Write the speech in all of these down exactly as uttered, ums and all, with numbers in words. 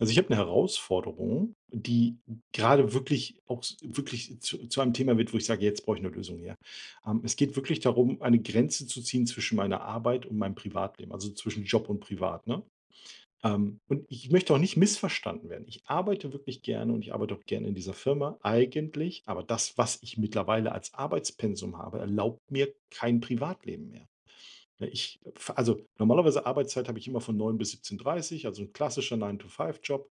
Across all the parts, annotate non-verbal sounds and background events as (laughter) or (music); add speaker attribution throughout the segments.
Speaker 1: Also, ich habe eine Herausforderung, die gerade wirklich auch s wirklich zu zu einem Thema wird, wo ich sage: „Jetzt brauche ich eine Lösung her." Ähm, es geht wirklich darum, eine Grenze zu ziehen zwischen meiner Arbeit und meinem Privatleben, also, zwischen Job und Privat, ne? Ähm, und ich möchte auch nicht missverstanden werden. Ich arbeite wirklich gerne und ich arbeite auch gerne in dieser Firma eigentlich, aber das, was ich mittlerweile als Arbeitspensum habe, erlaubt mir kein Privatleben mehr. Ja, ich also, normalerweise Arbeitszeit habe ich immer von neun bis siebzehn Uhr dreißig, also ein klassischer neun to Five Job.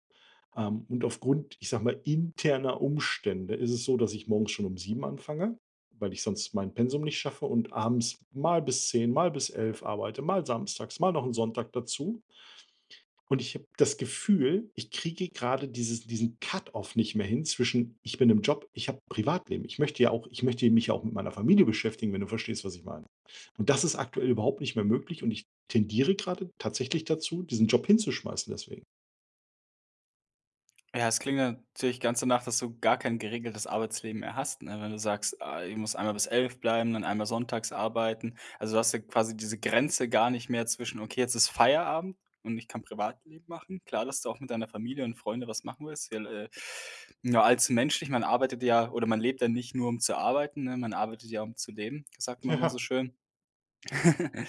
Speaker 1: Ähm, und aufgrund, ich sage mal, interner Umstände ist es so, dass ich morgens schon um sieben anfange, weil ich sonst mein Pensum nicht schaffe und abends mal bis zehn, mal bis elf arbeite, mal samstags, mal noch einen Sonntag dazu. Und ich habe das Gefühl, ich kriege gerade dieses diesen Cut-off nicht mehr hin zwischen: „Ich bin im Job, ich habe Privatleben." Ich möchte ja auch ich möchte mich ja auch mit meiner Familie beschäftigen, wenn du verstehst, was ich meine. Und das ist aktuell überhaupt nicht mehr möglich und ich tendiere gerade tatsächlich dazu, diesen Job hinzuschmeißen deswegen.
Speaker 2: Ja, es klingt natürlich ganz danach, dass du gar kein geregeltes Arbeitsleben mehr hast, ne? Wenn du sagst, ah, ich muss einmal bis elf bleiben, dann einmal sonntags arbeiten. Also, du hast ja quasi diese Grenze gar nicht mehr zwischen: „Okay, jetzt ist Feierabend und ich kann Privatleben machen." Klar, dass du auch mit deiner Familie und Freunde was machen willst, ja, äh, ja, als menschlich, man arbeitet ja oder man lebt ja nicht nur, um zu arbeiten, ne? Man arbeitet ja, um zu leben, sagt man immer so
Speaker 1: (laughs)
Speaker 2: schön. (laughs)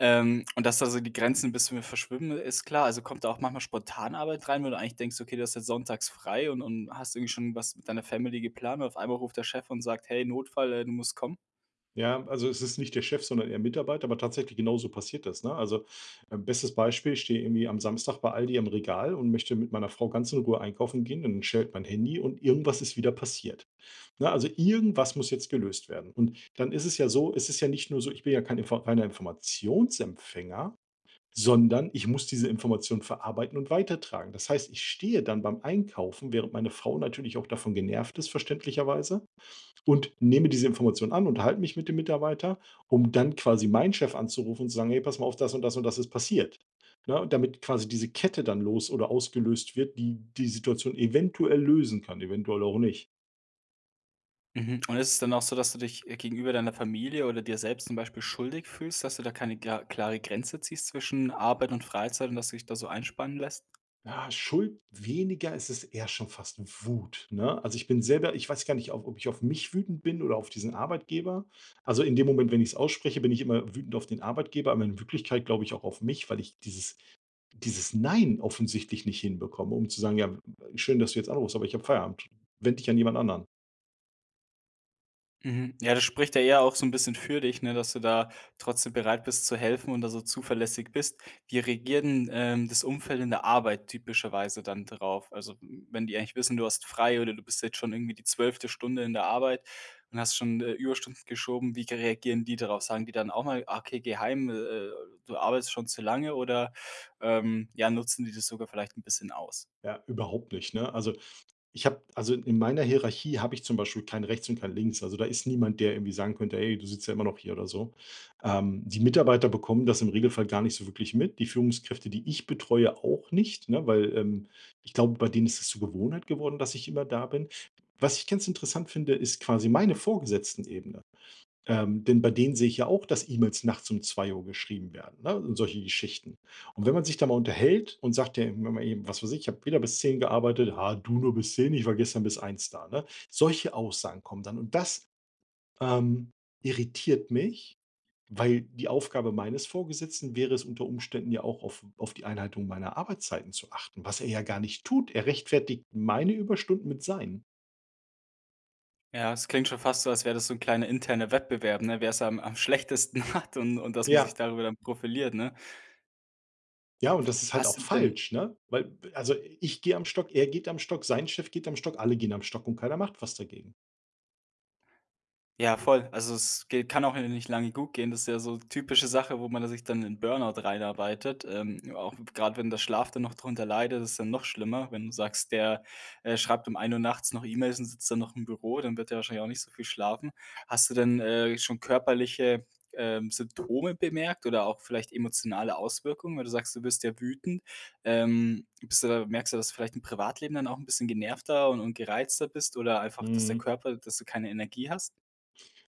Speaker 2: Ähm, und dass da so die Grenzen 'n bisschen verschwimmen, ist klar. Also, kommt da auch manchmal spontan Arbeit rein, wo du eigentlich denkst: „Okay, du hast jetzt sonntags frei und und hast irgendwie schon was mit deiner Family geplant" und auf einmal ruft der Chef und sagt: „Hey, Notfall, äh, du musst kommen."
Speaker 1: Ja, also es ist nicht der Chef, sondern eher Mitarbeiter, aber tatsächlich genauso passiert das, ne? Also, äh, bestes Beispiel, ich stehe irgendwie am Samstag bei Aldi am Regal und möchte mit meiner Frau ganz in Ruhe einkaufen gehen, dann schellt mein Handy und irgendwas ist wieder passiert. Ne, also irgendwas muss jetzt gelöst werden. Und dann ist es ja so, es ist ja nicht nur so, ich bin ja kein Info reiner Informationsempfänger, sondern ich muss diese Information verarbeiten und weitertragen. Das heißt, ich stehe dann beim Einkaufen, während meine Frau natürlich auch davon genervt ist, verständlicherweise. Und nehme diese Information an, unterhalte mich mit dem Mitarbeiter, um dann quasi meinen Chef anzurufen und zu sagen: „Hey, pass mal auf, das und das und das ist passiert." Ne, Und damit quasi diese Kette dann los oder ausgelöst wird, die die Situation eventuell lösen kann, eventuell auch nicht.
Speaker 2: Mhm, und ist es dann auch so, dass du dich, äh, gegenüber deiner Familie oder dir selbst zum Beispiel schuldig fühlst, dass du da keine kla klare Grenze ziehst zwischen Arbeit und Freizeit und dass du dich da so einspannen lässt?
Speaker 1: Ja, Schuld weniger, es ist eher schon fast Wut, ne? Also, ich bin selber ich weiß gar nicht, auf ob ich auf mich wütend bin oder auf diesen Arbeitgeber. Also, in dem Moment, wenn ich es ausspreche, bin ich immer wütend auf den Arbeitgeber, aber in Wirklichkeit glaube ich auch auf mich, weil ich dieses dieses Nein offensichtlich nicht hinbekomme, um zu sagen: „Ja, schön, dass du jetzt anrufst, aber ich habe Feierabend. Wende dich an jemand anderen."
Speaker 2: Mhm. Ja, das spricht ja eher auch so ein bisschen für dich, ne, dass du da trotzdem bereit bist zu helfen und da so zuverlässig bist. Wie reagiert 'n, ähm, das Umfeld in der Arbeit typischerweise dann drauf? Also, w wenn die eigentlich wissen, du hast frei oder du bist jetzt schon irgendwie die zwölfte Stunde in der Arbeit und hast schon, äh, Überstunden geschoben, wie reagieren die darauf? Sagen die dann auch mal: „Ah, okay, geheim, äh, äh, du arbeitest schon zu lange", oder, ähm, ja, nutzen die das sogar vielleicht ein bisschen aus?
Speaker 1: Ja, überhaupt nicht, ne? Also, ich habe also, in meiner Hierarchie habe ich zum Beispiel kein Rechts und kein Links. Also, da ist niemand, der irgendwie sagen könnte: „Hey, du sitzt ja immer noch hier" oder so. Ähm, die Mitarbeiter bekommen das im Regelfall gar nicht so wirklich mit. Die Führungskräfte, die ich betreue, auch nicht, ne, weil ähm, ich glaube, bei denen ist es zur Gewohnheit geworden, dass ich immer da bin. Was ich ganz interessant finde, ist quasi meine Vorgesetzten-Ebene. Ähm, denn bei denen sehe ich ja auch, dass E-Mails nachts um zwei Uhr geschrieben werden, ne, und solche Geschichten. Und wenn man sich da mal unterhält und sagt ja wenn man eben, was weiß ich: „Ich habe wieder bis zehn gearbeitet." „Ah, du nur bis zehn, ich war gestern bis eins da", ne? Solche Aussagen kommen dann und das ähm, irritiert mich, weil die Aufgabe meines Vorgesetzten wäre es unter Umständen ja auch auf auf die Einhaltung meiner Arbeitszeiten zu achten, was er ja gar nicht tut. Er rechtfertigt meine Überstunden mit seinen.
Speaker 2: Ja, es klingt schon fast so, als wäre das so ein kleiner interner Wettbewerb, ne? Wer es am am schlechtesten (laughs) hat und und dass man sich
Speaker 1: Ja.
Speaker 2: darüber dann profiliert, ne?
Speaker 1: Ja, und das ist halt
Speaker 2: Hast
Speaker 1: auch
Speaker 2: du denn
Speaker 1: falsch, ne? Weil also, ich gehe am Stock, er geht am Stock, sein Chef geht am Stock, alle gehen am Stock und keiner macht was dagegen.
Speaker 2: Ja, voll. Also, es geht kann auch ja nicht lange gut gehen. Das ist ja so typische Sache, wo man da sich dann in Burnout reinarbeitet. Ähm, auch gerade wenn der Schlaf dann noch drunter leidet, ist dann noch schlimmer. Wenn du sagst, der, äh, schreibt um ein Uhr nachts noch E-Mails und sitzt dann noch im Büro, dann wird er wahrscheinlich auch nicht so viel schlafen. Hast du denn, äh, schon körperliche, ähm, Symptome bemerkt oder auch vielleicht emotionale Auswirkungen, weil du sagst, du wirst ja wütend? Ähm, bist du da merkst du, dass du vielleicht im Privatleben dann auch ein bisschen genervter und und gereizter bist oder einfach, dass der
Speaker 1: Mhm.
Speaker 2: Körper dass du keine Energie hast?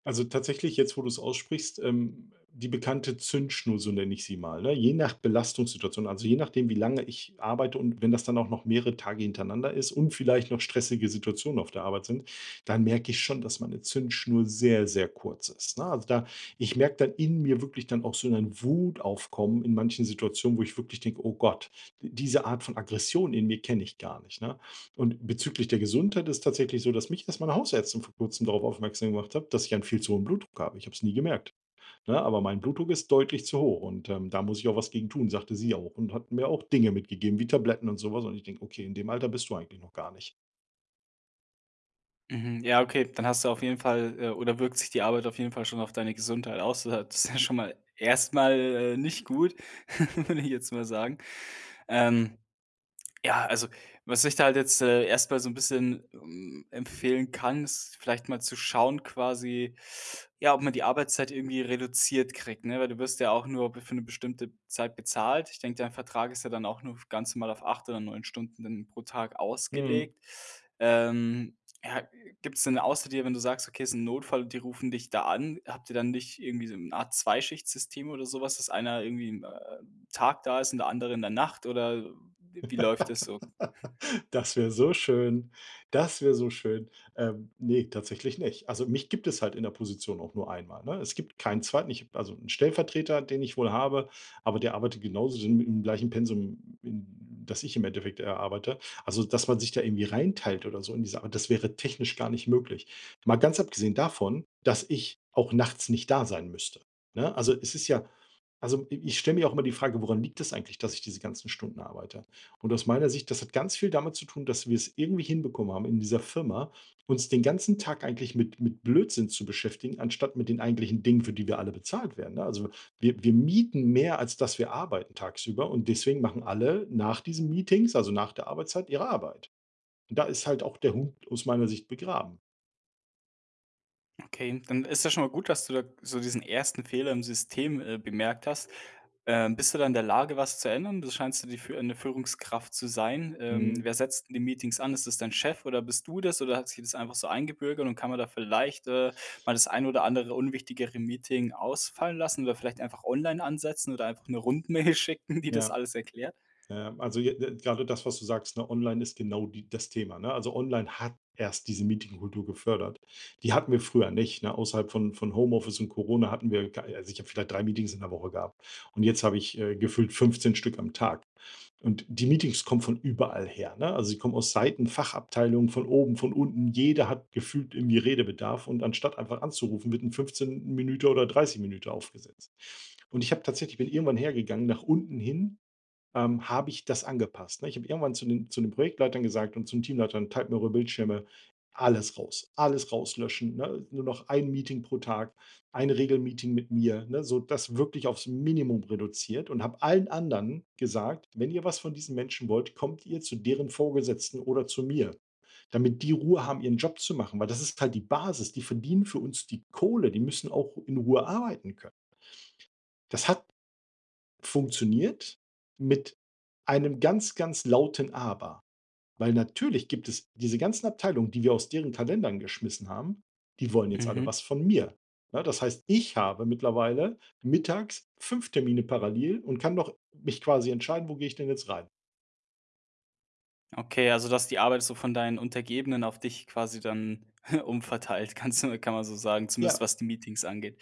Speaker 1: Also tatsächlich, jetzt wo du es aussprichst, ähm, die bekannte Zündschnur, so nenne ich sie mal, ne? Je nach Belastungssituation, also je nachdem, wie lange ich arbeite und wenn das dann auch noch mehrere Tage hintereinander ist und vielleicht noch stressige Situationen auf der Arbeit sind, dann merke ich schon, dass meine Zündschnur sehr, sehr kurz ist, ne? Also da ich merke dann in mir wirklich dann auch so ein Wutaufkommen in manchen Situationen, wo ich wirklich denke: „Oh Gott, diese Art von Aggression in mir kenne ich gar nicht", ne? Und bezüglich der Gesundheit ist tatsächlich so, dass mich erst meine Hausärztin vor Kurzem darauf aufmerksam gemacht hat, dass ich einen viel zu hohen Blutdruck habe. Ich habe es nie gemerkt, ne? Aber mein Blutdruck ist deutlich zu hoch und ähm, da muss ich auch was gegen tun, sagte sie auch und hat mir auch Dinge mitgegeben wie Tabletten und sowas und ich denke: „Okay, in dem Alter bist du eigentlich noch gar nicht."
Speaker 2: Mhm, ja, okay, dann hast du auf jeden Fall äh, oder wirkt sich die Arbeit auf jeden Fall schon auf deine Gesundheit aus. Das ist ja schon mal erstmal äh, nicht gut, (laughs) würde ich jetzt mal sagen. Ähm, ja, also, was ich da halt jetzt, äh, erst so ein bisschen, ähm, empfehlen kann, ist vielleicht mal zu schauen quasi, ja, ob man die Arbeitszeit irgendwie reduziert kriegt, ne? Weil du wirst ja auch nur für eine bestimmte Zeit bezahlt. Ich denke, dein Vertrag ist ja dann auch nur f ganz normal auf acht oder neun Stunden dann pro Tag
Speaker 1: Mhm.
Speaker 2: ausgelegt. Ähm, ja, gibt's denn außer dir, wenn du sagst: „Okay, es ist ein Notfall und die rufen dich da an", habt ihr dann nicht irgendwie so 'ne Art zwei schicht oder sowas, dass einer irgendwie, äh Tag da ist und der andere in der Nacht oder
Speaker 1: (laughs)
Speaker 2: wie läuft das so?
Speaker 1: Das wäre so schön. Das wäre so schön. Ähm, ne, tatsächlich nicht. Also, mich gibt es halt in der Position auch nur einmal, ne? Es gibt keinen zweiten. Ich habe also einen Stellvertreter, den ich wohl habe, aber der arbeitet genauso so im gleichen Pensum, in das ich im Endeffekt erarbeite. Also, dass man sich da irgendwie reinteilt oder so in diese Arbeit, das wäre technisch gar nicht möglich. Mal ganz abgesehen davon, dass ich auch nachts nicht da sein müsste, ne? Also, es ist ja also, ich stelle mir auch immer die Frage, woran liegt es eigentlich, dass ich diese ganzen Stunden arbeite? Und aus meiner Sicht, das hat ganz viel damit zu tun, dass wir es irgendwie hinbekommen haben, in dieser Firma uns den ganzen Tag eigentlich mit, mit Blödsinn zu beschäftigen, anstatt mit den eigentlichen Dingen, für die wir alle bezahlt werden. Ne? Also wir, wir mieten mehr, als dass wir arbeiten tagsüber. Und deswegen machen alle nach diesen Meetings, also nach der Arbeitszeit, ihre Arbeit. Und da ist halt auch der Hund aus meiner Sicht begraben.
Speaker 2: Okay, dann ist ja schon mal gut, dass du da so diesen ersten Fehler im System, äh, bemerkt hast. Ähm, bist du da in der Lage, was zu ändern? Du scheinst ja die Führ eine Führungskraft zu sein. Ähm,
Speaker 1: Mhm.
Speaker 2: wer setzt denn die Meetings an? Ist das dein Chef oder bist du das oder hat sich das einfach so eingebürgert und kann man da vielleicht, äh, mal das ein oder andere unwichtigere Meeting ausfallen lassen oder vielleicht einfach online ansetzen oder einfach eine Rundmail (laughs) schicken, die das
Speaker 1: Ja.
Speaker 2: alles erklärt?
Speaker 1: Ähm, also, je de grade das, was du sagst, ne, online ist genau die das Thema, ne? Also, online hat erst diese Meetingkultur gefördert. Die hatten wir früher nicht, ne? Außerhalb von von Homeoffice und Corona hatten wir kei also, ich habe vielleicht drei Meetings in der Woche gehabt und jetzt habe ich äh, gefühlt fünfzehn Stück am Tag. Und die Meetings kommen von überall her, ne? Also, sie kommen aus Seiten, Fachabteilungen, von oben, von unten. Jeder hat gefühlt irgendwie Redebedarf und anstatt einfach anzurufen, wird ein fünfzehn Minuten oder dreißig Minuten aufgesetzt. Und ich habe tatsächlich bin irgendwann hergegangen, nach unten hin ähm, habe ich das angepasst, ne? Ich habe irgendwann zu den zu den Projektleitern gesagt und zum Teamleitern: „Teilt mir eure Bildschirme, alles raus, alles rauslöschen, ne? Nur noch ein Meeting pro Tag, ein Regelmeeting mit mir", ne? So das wirklich aufs Minimum reduziert und habe allen anderen gesagt: „Wenn ihr was von diesen Menschen wollt, kommt ihr zu deren Vorgesetzten oder zu mir, damit die Ruhe haben, ihren Job zu machen", weil das ist halt die Basis. Die verdienen für uns die Kohle, die müssen auch in Ruhe arbeiten können. Das hat Funktioniert mit einem ganz, ganz lauten Aber. Weil natürlich gibt es diese ganzen Abteilungen, die wir aus deren Kalendern geschmissen haben, die wollen jetzt alle
Speaker 2: Mhm.
Speaker 1: was von mir. Ne, das heißt, ich habe mittlerweile mittags fünf Termine parallel und kann doch mich quasi entscheiden, wo gehe ich denn jetzt rein?
Speaker 2: Okay, also, dass die Arbeit so von deinen Untergebenen auf dich quasi dann (laughs) umverteilt, kannst du kann man so sagen, zumindest
Speaker 1: Ja,
Speaker 2: was die Meetings angeht.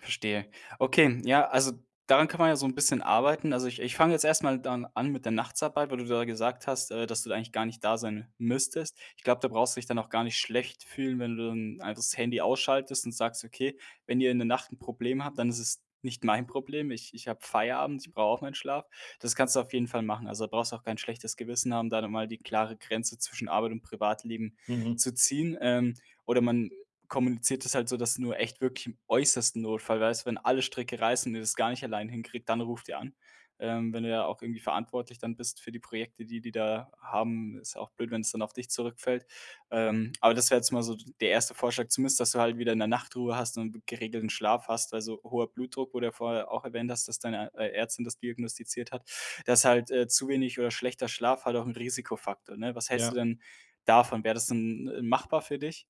Speaker 2: Verstehe. Okay, ja, also daran kann man ja so ein bisschen arbeiten. Also, ich ich fange jetzt erstmal dann an mit der Nachtsarbeit, weil du da gesagt hast, äh, dass du da eigentlich gar nicht da sein müsstest. Ich glaube, da brauchst du dich dann auch gar nicht schlecht fühlen, wenn du dann einfach das Handy ausschaltest und sagst: „Okay, wenn ihr in der Nacht ein Problem habt, dann ist es nicht mein Problem. Ich ich habe Feierabend, ich brauche auch meinen Schlaf." Das kannst du auf jeden Fall machen. Also, da brauchst du auch kein schlechtes Gewissen haben, da dann mal die klare Grenze zwischen Arbeit und Privatleben
Speaker 1: mhm,
Speaker 2: zu ziehen. Ähm, oder man kommuniziert es halt so, dass nur echt wirklich im äußersten Notfall weißt, wenn alle Stricke reißen und ihr das gar nicht allein hinkriegt, dann ruft ihr an. Ähm, wenn du ja auch irgendwie verantwortlich dann bist für die Projekte, die die da haben, ist ja auch blöd, wenn es dann auf dich zurückfällt. Ähm, aber das wäre jetzt mal so der erste Vorschlag, zumindest, dass du halt wieder in der Nachtruhe hast und geregelten Schlaf hast, weil so hoher Blutdruck, wo du ja vorher auch erwähnt hast, dass deine äh, Ärztin das diagnostiziert hat, dass halt äh, zu wenig oder schlechter Schlaf halt auch ein Risikofaktor. Ne? Was hältst du
Speaker 1: ja.
Speaker 2: denn davon? Wäre das denn äh, machbar für dich?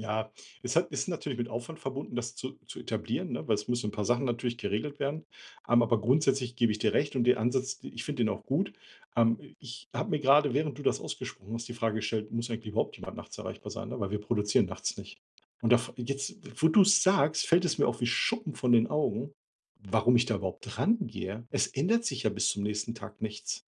Speaker 1: Ja, es hat ist natürlich mit Aufwand verbunden, das zu zu etablieren, ne, weil es müssen ein paar Sachen natürlich geregelt werden. Ähm, aber grundsätzlich gebe ich dir recht und den Ansatz, ich finde den auch gut. Ähm, ich habe mir gerade, während du das ausgesprochen hast, die Frage gestellt: „Muss eigentlich überhaupt jemand nachts erreichbar sein", ne, weil wir produzieren nachts nicht. Und da jetzt, wo du's sagst, fällt es mir auch wie Schuppen von den Augen, warum ich da überhaupt rangehe. Es ändert sich ja bis zum nächsten Tag nichts.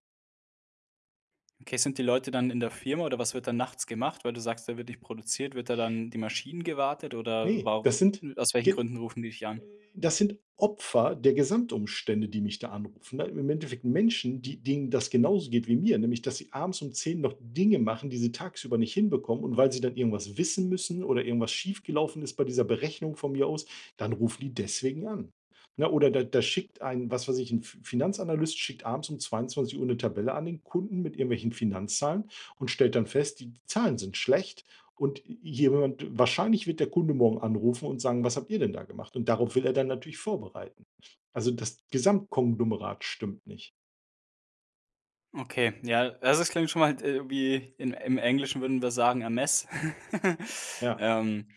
Speaker 2: Okay, sind die Leute dann in der Firma oder was wird dann nachts gemacht? Weil du sagst, da wird nicht produziert, wird da dann die Maschinen gewartet oder
Speaker 1: Ne,
Speaker 2: wa-
Speaker 1: das sind
Speaker 2: aus welchen Gründen rufen die dich an?
Speaker 1: das sind Opfer der Gesamtumstände, die mich da anrufen. Ne? Im Endeffekt Menschen, die, denen das genauso geht wie mir, nämlich dass sie abends um zehn noch Dinge machen, die sie tagsüber nicht hinbekommen und weil sie dann irgendwas wissen müssen oder irgendwas schiefgelaufen ist bei dieser Berechnung von mir aus, dann rufen die deswegen an. Ne? Oder da, da schickt ein, was weiß ich, ein F- Finanzanalyst schickt abends um zweiundzwanzig Uhr eine Tabelle an den Kunden mit irgendwelchen Finanzzahlen und stellt dann fest, die Zahlen sind schlecht und jemand wahrscheinlich wird der Kunde morgen anrufen und sagen: „Was habt ihr denn da gemacht?" Und darauf will er dann natürlich vorbereiten. Also, das Gesamtkonglomerat stimmt nicht.
Speaker 2: Okay, ja, also es klingt schon mal äh, wie in, im Englischen würden wir sagen, a mess. (laughs)
Speaker 1: Ja,
Speaker 2: ähm,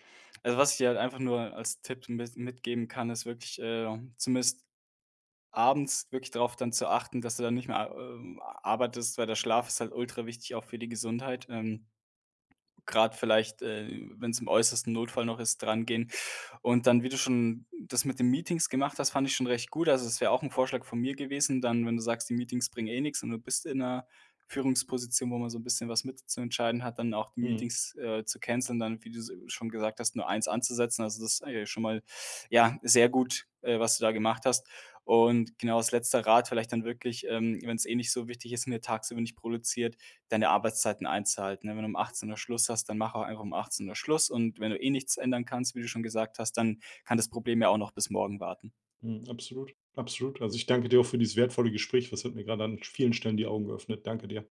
Speaker 2: also was ich dir halt einfach nur als Tipp mit, mitgeben kann, ist wirklich äh, zumindest abends wirklich darauf dann zu achten, dass du dann nicht mehr ähm, arbeitest, weil der Schlaf ist halt ultra wichtig auch für die Gesundheit. Ähm, Gerade vielleicht, äh, wenn es im äußersten Notfall noch ist, dran gehen. Und dann, wie du schon das mit den Meetings gemacht hast, fand ich schon recht gut. Also, das wäre auch 'n Vorschlag von mir gewesen, dann, wenn du sagst, die Meetings bringen eh nix und du bist in 'ner Führungsposition, wo man so 'n bisschen was mitzuentscheiden hat, dann auch die
Speaker 1: mhm,
Speaker 2: Meetings, äh, zu canceln, dann, wie du s schon gesagt hast, nur eins anzusetzen. Also, das ist eigentlich schon mal, ja, sehr gut, äh, was du da gemacht hast. Und genau als letzter Rat vielleicht dann wirklich, ähm, wenn's eh nicht so wichtig ist und ihr tagsüber nicht produziert, deine Arbeitszeiten einzuhalten, ne? Wenn du um achtzehn Uhr Schluss hast, dann mach auch einfach um achtzehn Uhr Schluss und wenn du eh nichts ändern kannst, wie du schon gesagt hast, dann kann das Problem ja auch noch bis morgen warten.
Speaker 1: mhm, absolut, absolut. Also, ich danke dir auch für dieses wertvolle Gespräch. Was hat mir gerade an vielen Stellen die Augen geöffnet. Danke dir.